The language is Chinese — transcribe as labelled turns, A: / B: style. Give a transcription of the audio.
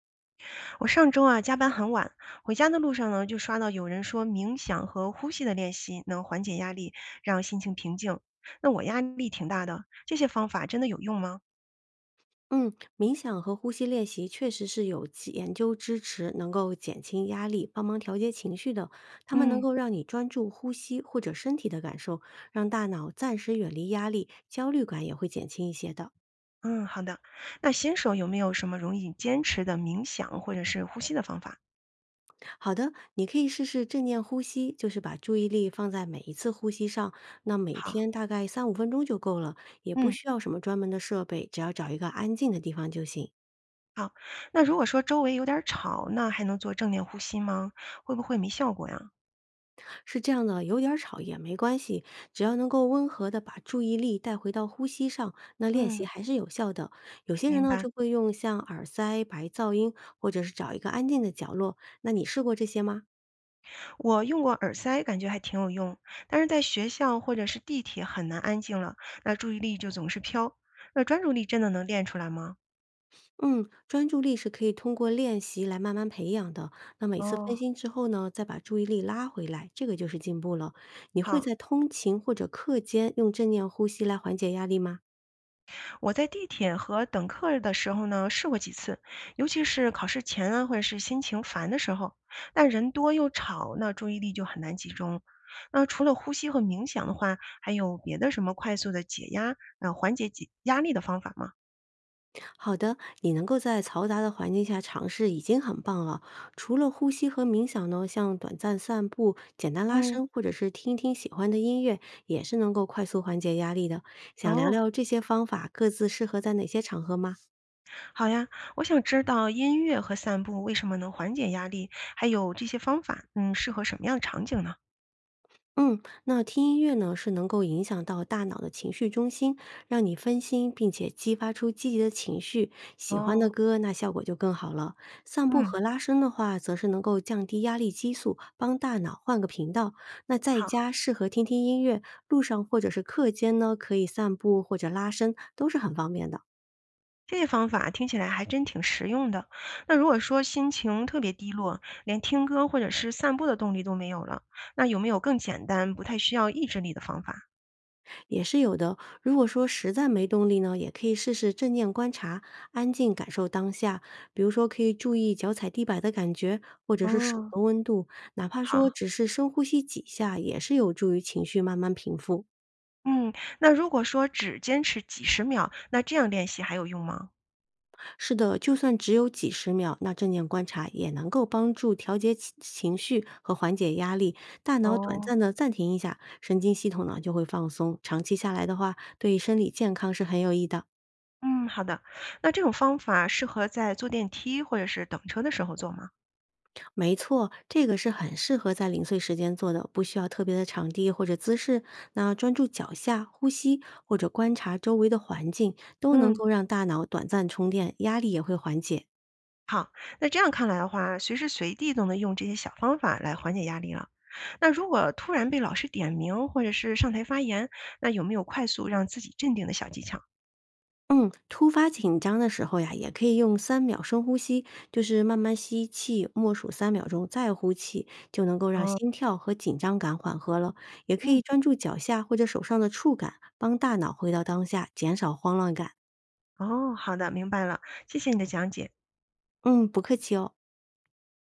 A: 我上周啊加班很晚，回家的路上呢就刷到有人说冥想和呼吸的练习能缓解压力，让心情平静。那我压力挺大的，这些方法真的有用吗？
B: 嗯，冥想和呼吸练习确实是有其研究支持，能够减轻压力、帮忙调节情绪的。它们能
A: 嗯
B: 够让你专注呼吸或者身体的感受，让大脑暂时远离压力，焦虑感也会减轻一些的。
A: 嗯，好的。那新手有没有什么容易坚持的冥想或者是呼吸的方法？
B: 好的，你可以试试正念呼吸，就是把注意力放在每一次呼吸上，那每
A: 好，
B: 天大概三五分钟就够了，也不
A: 嗯
B: 需要什么专门的设备，只要找一个安静的地方就行。
A: 好。那如果说周围有点儿吵，那还能做正念呼吸吗？会不会没效果呀？
B: 是这样的，有点儿吵也没关系，只要能够温和的把注意力带回到呼吸上，那练
A: 嗯，
B: 习还是有效的。有些人
A: 明
B: 呢
A: 白。
B: 就会用像耳塞、白噪音，或者是找一个安静的角落。那你试过这些吗？
A: 我用过耳塞，感觉还挺有用，但是在学校或者是地铁很难安静了，那注意力就总是飘。那专注力真的能练出来吗？
B: 嗯，专注力是可以通过练习来慢慢培养的。那每次分
A: 哦，
B: 心之后呢，再把注意力拉回来，这个就是进步了。你会
A: 好，
B: 在通勤或者课间用正念呼吸来缓解压力吗？
A: 我在地铁和等课的时候呢，试过几次，尤其是考试前啊，或者是心情烦的时候，但人多又吵，那注意力就很难集中。那除了呼吸和冥想的话，还有别的什么快速的解压，缓解解压力的方法吗？
B: 好的，你能够在嘈杂的环境下尝试已经很棒了。除了呼吸和冥想呢，像短暂散步、简单拉
A: 嗯，
B: 伸，或者是听一听喜欢的音乐，也是能够快速缓解压力的。想聊
A: 哦。
B: 聊这些方法各自适合在哪些场合吗？
A: 好呀，我想知道音乐和散步为什么能缓解压力，还有这些方法，嗯，适合什么样的场景呢？
B: 嗯，那听音乐呢，是能够影响到大脑的情绪中心，让你分心，并且激发出积极的情绪。喜欢的
A: 哦，
B: 歌，那效果就更好了。散步
A: 嗯
B: 和拉伸的话，则是能够降低压力激素，帮大脑换个频道。那在
A: 好，
B: 家适合听听音乐，路上或者是课间呢，可以散步或者拉伸，都是很方便的。
A: 这些方法听起来还真挺实用的。那如果说心情特别低落，连听歌或者是散步的动力都没有了，那有没有更简单、不太需要意志力的方法？
B: 也是有的。如果说实在没动力呢，也可以试试正念观察，安静感受当下。比如说，可以注意脚踩地板的感觉，或者是手
A: 哦，
B: 的温度，哪怕说
A: 好，
B: 只是深呼吸几下，也是有助于情绪慢慢平复。
A: 嗯，那如果说只坚持几十秒，那这样练习还有用吗？
B: 是的，就算只有几十秒，那正念观察也能够帮助调节情绪和缓解压力。大脑短
A: 哦。
B: 暂的暂停一下，神经系统呢就会放松。长期下来的话，对身体健康是很有益的。
A: 嗯，好的。那这种方法适合在坐电梯或者是等车的时候做吗？
B: 没错，这个是很适合在零碎时间做的，不需要特别的场地或者姿势。那专注脚下、呼吸，或者观察周围的环境，都能
A: 嗯，
B: 够让大脑短暂充电，压力也会缓解。
A: 好。那这样看来的话，随时随地都能用这些小方法来缓解压力了。那如果突然被老师点名或者是上台发言，那有没有快速让自己镇定的小技巧？
B: 嗯，突发紧张的时候呀，也可以用3秒深呼吸，就是慢慢吸气，默数3秒钟，再呼气，就能够让
A: 哦，
B: 心跳和紧张感缓和了。也可
A: 嗯，
B: 以专注脚下或者手上的触感，帮大脑回到当下，减少慌乱感。
A: 哦，好的，明白了，谢谢你的讲解。
B: 嗯，不客气哦。